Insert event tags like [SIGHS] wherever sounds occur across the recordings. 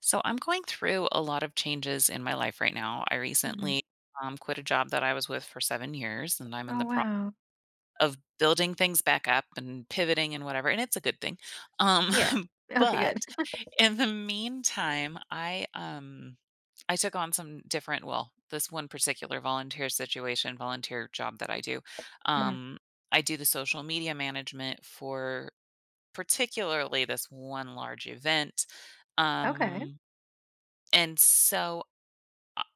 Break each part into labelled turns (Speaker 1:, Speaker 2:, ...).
Speaker 1: So I'm going through a lot of changes in my life right now. I
Speaker 2: Mhm.
Speaker 1: recently quit a job that I was with for 7 years, and I'm in
Speaker 2: Oh,
Speaker 1: the process
Speaker 2: wow.
Speaker 1: of building things back up and pivoting and whatever. And it's a good thing. Um,
Speaker 2: Yeah.
Speaker 1: [LAUGHS]
Speaker 2: Okay,
Speaker 1: but
Speaker 2: good. [LAUGHS]
Speaker 1: in the meantime, I took on some different. Well, this one particular volunteer situation, volunteer job that I do.
Speaker 2: Mhm.
Speaker 1: Um, I do the social media management for particularly this one large event.
Speaker 2: Okay.
Speaker 1: Um, and so I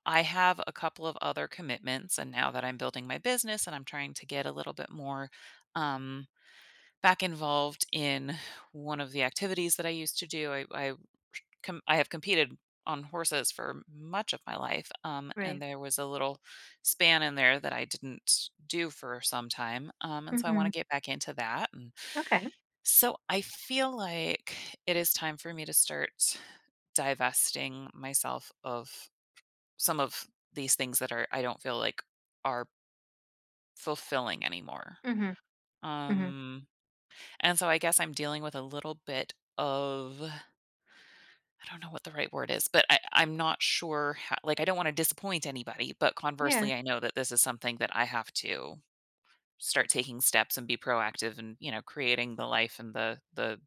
Speaker 1: I have a couple of other commitments, and now that I'm building my business and I'm trying to get a little bit more um, back involved in [SIGHS] one of the activities that I used to do, I have competed on horses for much of my life, and
Speaker 2: Right.
Speaker 1: there was a little span in there that I didn't do for some time, and so I want
Speaker 2: Mhm.
Speaker 1: to get back into that. And
Speaker 2: Okay.
Speaker 1: so I feel like it is time for me to start divesting myself of some of these things that are I don't feel like are fulfilling anymore.
Speaker 2: Mhm. Mhm.
Speaker 1: Um, and so I guess I'm dealing with a little bit of I don't know what the right word is, but I'm not sure how, like I don't want to disappoint anybody, but
Speaker 2: Yeah.
Speaker 1: conversely, I know that this is something that I have to start taking steps and be proactive and you know creating the life and the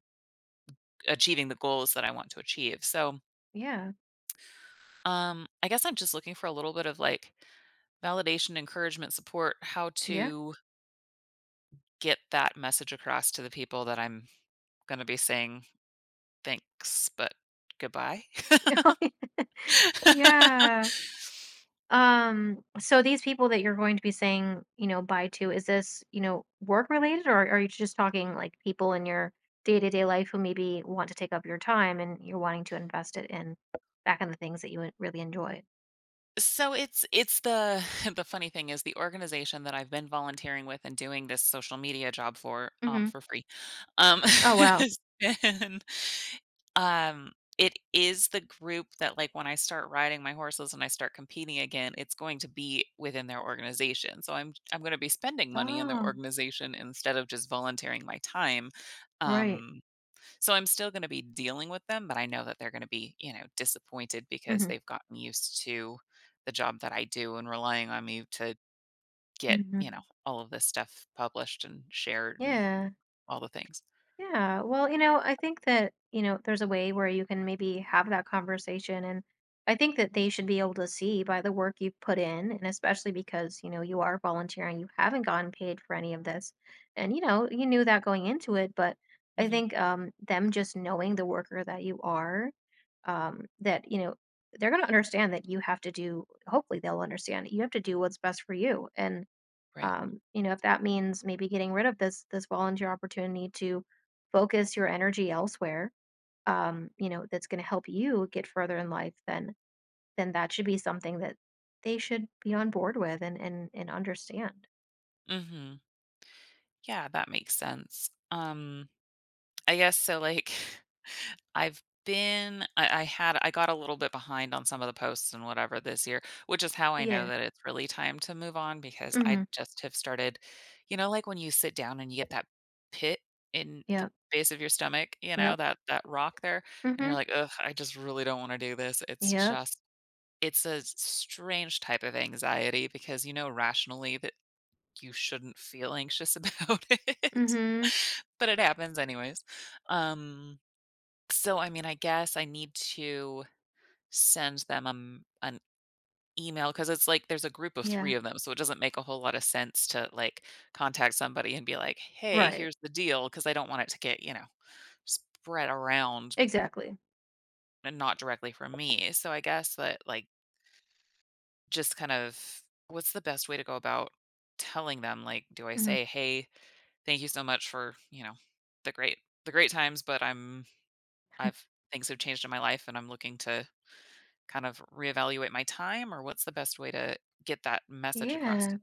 Speaker 1: achieving the goals that I want to achieve. So
Speaker 2: Yeah.
Speaker 1: I guess I'm just looking for a little bit of like validation, encouragement, support, how
Speaker 2: Yeah.
Speaker 1: to get that message across to the people that I'm gonna be saying, "Thanks, but goodbye."
Speaker 2: [LAUGHS]
Speaker 1: [LAUGHS]
Speaker 2: Yeah. So these people that you're going to be saying, you know, bye to, is this, you know, work related or are you just talking like people in your day-to-day life who maybe want to take up your time and you're wanting to invest it in back in the things that you really enjoy?
Speaker 1: So it's the [LAUGHS] the funny thing is the organization that I've been volunteering with and doing this social media job
Speaker 2: Mhm.
Speaker 1: for free, [LAUGHS]
Speaker 2: Oh, wow.
Speaker 1: has been, it is the group that, like, when I start riding my horses and I start competing again, it's going to be within their organization. So I'm gonna be spending money in their
Speaker 2: Oh,
Speaker 1: organization instead of just volunteering my time,
Speaker 2: great.
Speaker 1: um so I'm still going to be dealing with them, but I know that they're going to be, you know, disappointed because
Speaker 2: Mhm.
Speaker 1: they've gotten used to the job that I do and relying on me to get, you know,
Speaker 2: Mhm.
Speaker 1: all of this stuff published and shared and
Speaker 2: Yeah.
Speaker 1: all the things.
Speaker 2: Yeah, well, you know, I think that, you know, there's a way where you can maybe have that conversation. And I think that they should be able to see by the work you've put in, and especially because, you know, you are volunteering, you haven't gotten paid for any of this. And, you know, you knew that going into it, but I
Speaker 1: Hmm.
Speaker 2: think them just knowing the worker that you are, that, you know, they're going to understand that you have to do, hopefully, they'll understand that you have to do what's best for you. And
Speaker 1: Right.
Speaker 2: you know, if that means maybe getting rid of this volunteer opportunity to focus your energy elsewhere, you know, that's going to help you get further in life, then that should be something that they should be on board with and understand.
Speaker 1: Hmm. Yeah, that makes sense. I guess so, like, [LAUGHS] I've been I had I got a little bit behind on some of the posts and whatever this year, which is how I know
Speaker 2: Yeah.
Speaker 1: that it's really time to move on because
Speaker 2: Mhm.
Speaker 1: I just have started you know, like, when you sit down and you get that pit in the
Speaker 2: Yep.
Speaker 1: base of your stomach, you know,
Speaker 2: Yep.
Speaker 1: that rock there, and you're
Speaker 2: Mhm.
Speaker 1: like, "Ugh, I just really don't wanna do this." It's
Speaker 2: Yep.
Speaker 1: just it's a strange type of anxiety because you know rationally that like, you shouldn't feel anxious about [LAUGHS] it,
Speaker 2: Mhm.
Speaker 1: but it happens anyways. Um, so I mean, I guess I need to send them an email because it's like there's a group of
Speaker 2: Yeah.
Speaker 1: three of them, so it doesn't make a whole lot of sense to like contact somebody and be like, "Hey,
Speaker 2: Right.
Speaker 1: here's the deal," because I don't want it to get you know spread around
Speaker 2: Exactly.
Speaker 1: and not directly from me. So I guess that like just kind of what's the best way to go about telling them? Like, do I
Speaker 2: Mhm.
Speaker 1: say, "Hey, thank you so much for, you know, the great the great times, but I'm I've things have changed in my life and I'm looking to kind of reevaluate my time or what's the best way to get that message across
Speaker 2: Yeah,
Speaker 1: to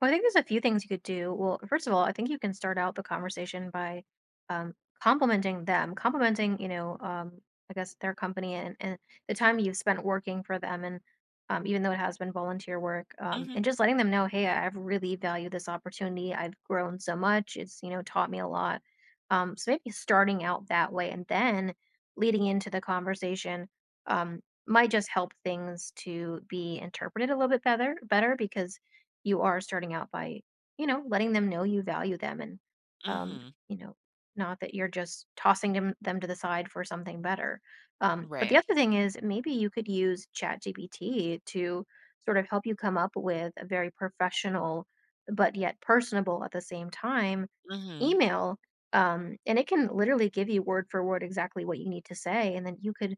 Speaker 2: well, I think there's a few things you could do. Well, first of all, I think you can start out the conversation by um, complimenting them, complimenting, you know, I guess their company, and the time you've spent working for them. And even though it has been volunteer work,
Speaker 1: them.
Speaker 2: and just letting them know, hey, I've really valued this opportunity. I've grown so much. It's, you know, taught me a lot. So maybe starting out that way and then leading into the conversation um, might just help things to be interpreted a little bit better because you are starting out by, you know, letting them know you value them and,
Speaker 1: Mhm.
Speaker 2: um,
Speaker 1: Mhm.
Speaker 2: you know, not that you're just tossing them to the side for something better. But the
Speaker 1: Right.
Speaker 2: other thing is maybe you could use ChatGPT to sort of help you come up with a very professional but yet personable at the same time
Speaker 1: Mhm.
Speaker 2: email and it can literally give you word for word exactly what you need to say and then you could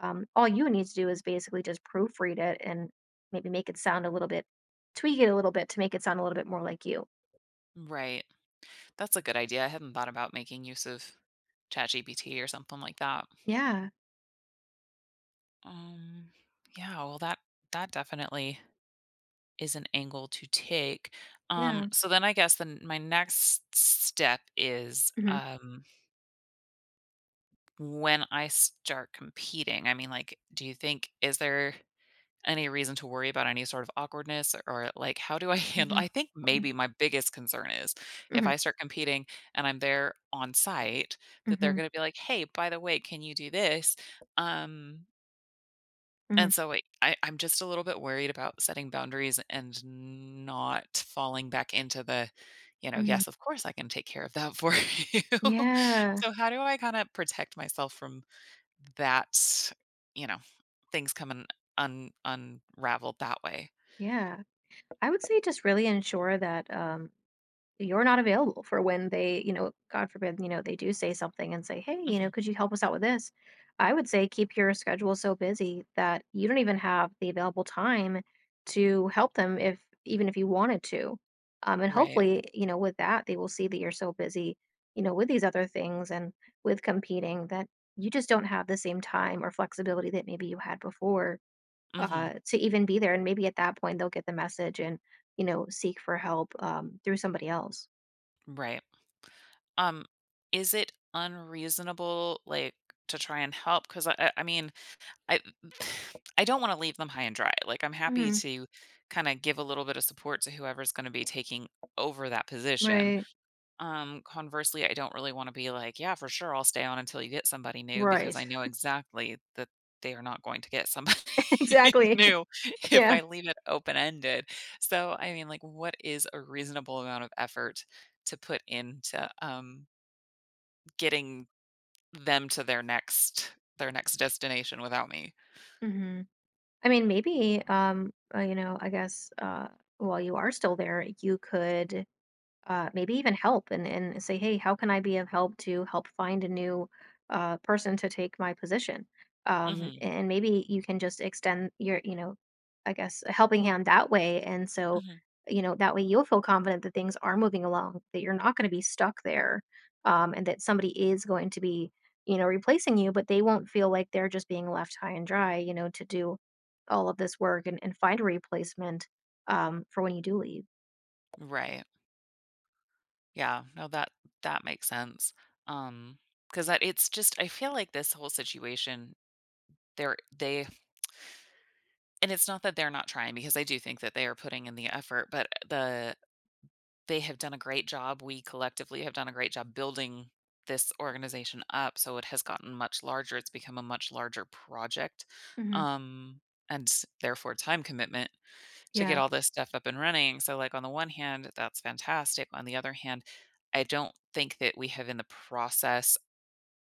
Speaker 2: all you need to do is basically just proofread it and maybe make it sound a little tweak it a little bit to make it sound a little bit more like you.
Speaker 1: Right. That's a good idea. I hadn't thought about making use of ChatGPT or something like that.
Speaker 2: Yeah,
Speaker 1: Um, yeah, well that that definitely is an angle to take.
Speaker 2: yeah.
Speaker 1: So then I guess then my next step is
Speaker 2: hmm
Speaker 1: when I start competing, I mean, like, do you think is there any reason to worry about any sort of awkwardness or like how do I [LAUGHS] handle
Speaker 2: hmm
Speaker 1: I think
Speaker 2: hmm
Speaker 1: maybe my biggest concern is if
Speaker 2: hmm
Speaker 1: I start competing and I'm there on site that they're going to be like, "Hey, by the way, can you do this?" Um
Speaker 2: hmm
Speaker 1: and so I'm just a little bit worried about setting boundaries and not falling back into the you know,
Speaker 2: hmm
Speaker 1: yes, of course I can take care of that for [LAUGHS] you. [LAUGHS]
Speaker 2: Yeah,
Speaker 1: So how do I kind of protect myself from that, you know, things come un un unraveled that way.
Speaker 2: yeah. I would say just really ensure that you're not available for when they, you know, God forbid, you know, they do say something and say, "Hey, you know,
Speaker 1: Mhm.
Speaker 2: could you help us out with this?" I would say keep your schedule so busy that you don't even have the available time to help them if even if you wanted to. And
Speaker 1: Right.
Speaker 2: hopefully, you know, with that, they will see that you're so busy, you know, with these other things and with competing that you just don't have the same time or flexibility that maybe you had before
Speaker 1: Mhm.
Speaker 2: to even be there. And maybe at that point, they'll get the message and, you know, seek for help through somebody else.
Speaker 1: Right. Um, is it unreasonable, like, to try and help? 'Cause I mean, I [SIGHS] I don't wanna leave them high and dry. Like, I'm happy
Speaker 2: Mhm.
Speaker 1: to kinda give a little bit of support to whoever's gonna be taking over that position.
Speaker 2: Right.
Speaker 1: Conversely, I don't really wanna be like, "Yeah, for sure, I'll stay on until you get somebody new," because
Speaker 2: Right.
Speaker 1: I know exactly that they are not going to get somebody
Speaker 2: [LAUGHS]
Speaker 1: [LAUGHS]
Speaker 2: Exactly.
Speaker 1: new
Speaker 2: [LAUGHS]
Speaker 1: if
Speaker 2: Yeah.
Speaker 1: I leave it open-ended. So, I mean, like, what is a reasonable amount of effort to put into, getting them to their next destination without me?
Speaker 2: Mhm. I mean, maybe, you know, I guess, while you are still there, you could maybe even help and say, hey, how can I be of help to help find a new person to take my position?
Speaker 1: Mhm,
Speaker 2: And maybe you can just extend your, you know, I guess a helping hand that way. And so,
Speaker 1: mhm.
Speaker 2: you know, that way you'll feel confident that things are moving along, that you're not going to be stuck there, and that somebody is going to be, you know, replacing you, but they won't feel like they're just being left high and dry, you know, to do all of this work and find a replacement for when you do leave.
Speaker 1: Right. Yeah, no, that that makes sense. Um. Because that it's just I feel like this whole situation, they're they and it's not that they're not trying because I do think that they are putting in the effort, but they have done a great job. We collectively have done a great job building this organization up. So it has gotten much larger. It's become a much larger project.
Speaker 2: Hmm.
Speaker 1: Um, and therefore time commitment to get
Speaker 2: Yeah.
Speaker 1: all this stuff up and running. So like on the one hand, that's fantastic. On the other hand, I don't think that we have in the process,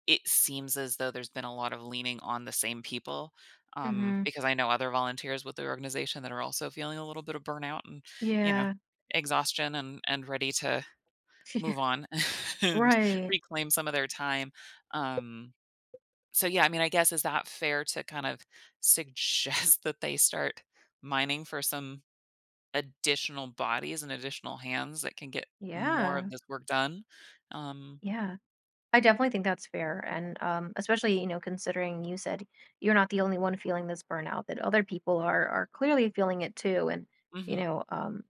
Speaker 1: it seems as though there's been a lot of leaning on the same people.
Speaker 2: Hmm.
Speaker 1: Because I know other volunteers with the organization that are also feeling a little bit of burnout and, you know,
Speaker 2: Yeah.
Speaker 1: exhaustion and ready to
Speaker 2: [LAUGHS] Yeah.
Speaker 1: move on [LAUGHS] and
Speaker 2: Right.
Speaker 1: reclaim some of their time. Um, so yeah, I mean, I guess is that fair to kind of suggest [LAUGHS] that they start mining for some additional bodies and additional hands that can get more of
Speaker 2: Yeah.
Speaker 1: this work done? Um,
Speaker 2: Yeah, I definitely think that's fair. And especially, you know, considering you said you're not the only one feeling this burnout, that other people are clearly feeling it too. And, you
Speaker 1: mhm,
Speaker 2: know, um,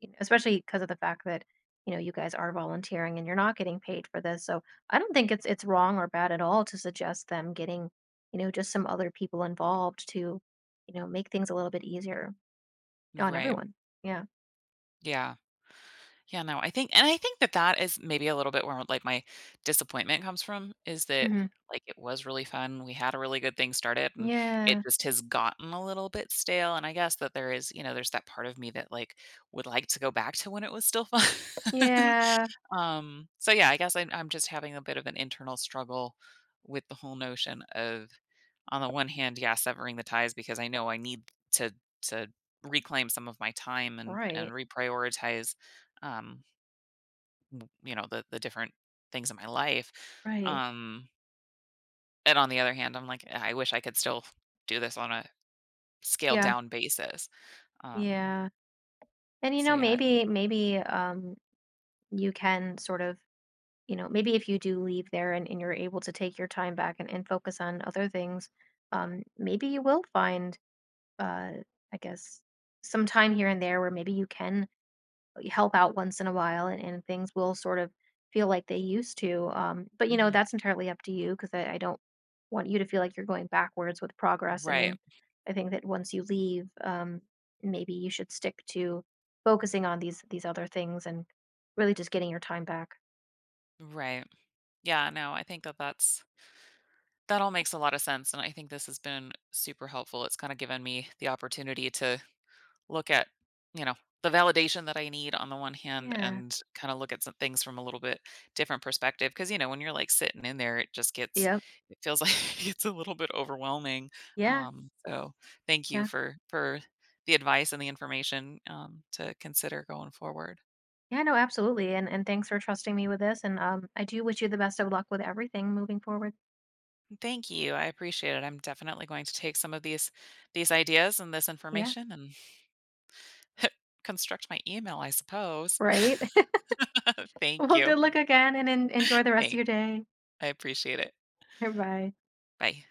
Speaker 2: you know, especially because of the fact that, you know, you guys are volunteering and you're not getting paid for this. So I don't think it's wrong or bad at all to suggest them getting, you know, just some other people involved to, you know, make things a little bit easier on
Speaker 1: right.
Speaker 2: everyone. Yeah.
Speaker 1: Yeah. Yeah, no, I think and I think that that is maybe a little bit where, like, my disappointment comes from is that,
Speaker 2: Hmm.
Speaker 1: like, it was really fun, we had a really good thing started, and it
Speaker 2: Yeah.
Speaker 1: just has gotten a little bit stale, and I guess that there is you know, there's that part of me that, like, would like to go back to when it was still fun. [LAUGHS]
Speaker 2: Yeah.
Speaker 1: So, yeah, I guess I'm just having a bit of an internal struggle with the whole notion of, on the one hand, yeah, severing the ties because I know I need to to reclaim some of my time and
Speaker 2: Right,
Speaker 1: reprioritize, um you know the different things in my life
Speaker 2: right.
Speaker 1: um and on the other hand I'm like, "Ah, I wish I could still do this on a scaled
Speaker 2: Yeah,
Speaker 1: down basis um
Speaker 2: yeah. And you
Speaker 1: so
Speaker 2: know,
Speaker 1: yeah
Speaker 2: maybe you can sort of, you know, maybe if you do leave there and you're able to take your time back and focus on other things, maybe you will find uh I guess some time here and there where maybe you can help out once in a while and things will sort of feel like they used to. But you know,
Speaker 1: hmm
Speaker 2: that's entirely up to you because I don't want you to feel like you're going backwards with progress. I
Speaker 1: right
Speaker 2: mean, I think that once you leave, maybe you should stick to focusing on these other things and really just getting your time back.
Speaker 1: right yeah no I think that that's that all makes a lot of sense and I think this has been super helpful it's kind of given me the opportunity to look at, you know, the validation that I need on the one hand
Speaker 2: Yeah.
Speaker 1: and kind of look at some things from a little bit different perspective. Cause, you know, when you're like sitting in there, it just gets,
Speaker 2: Yep.
Speaker 1: it feels like [LAUGHS] it's a little bit overwhelming.
Speaker 2: Yeah.
Speaker 1: So thank you
Speaker 2: Yeah.
Speaker 1: for the advice and the information to consider going forward.
Speaker 2: Yeah, no, absolutely. And thanks for trusting me with this. And I do wish you the best of luck with everything moving forward.
Speaker 1: Thank you. I appreciate it. I'm definitely going to take some of these ideas and this
Speaker 2: Yeah.
Speaker 1: information and [LAUGHS] construct my email, I suppose.
Speaker 2: Right.
Speaker 1: [LAUGHS]
Speaker 2: [LAUGHS]
Speaker 1: Thank
Speaker 2: Well,
Speaker 1: you.
Speaker 2: good luck again and enjoy the rest of your
Speaker 1: Thanks.
Speaker 2: day.
Speaker 1: I appreciate it.
Speaker 2: Bye.
Speaker 1: Bye.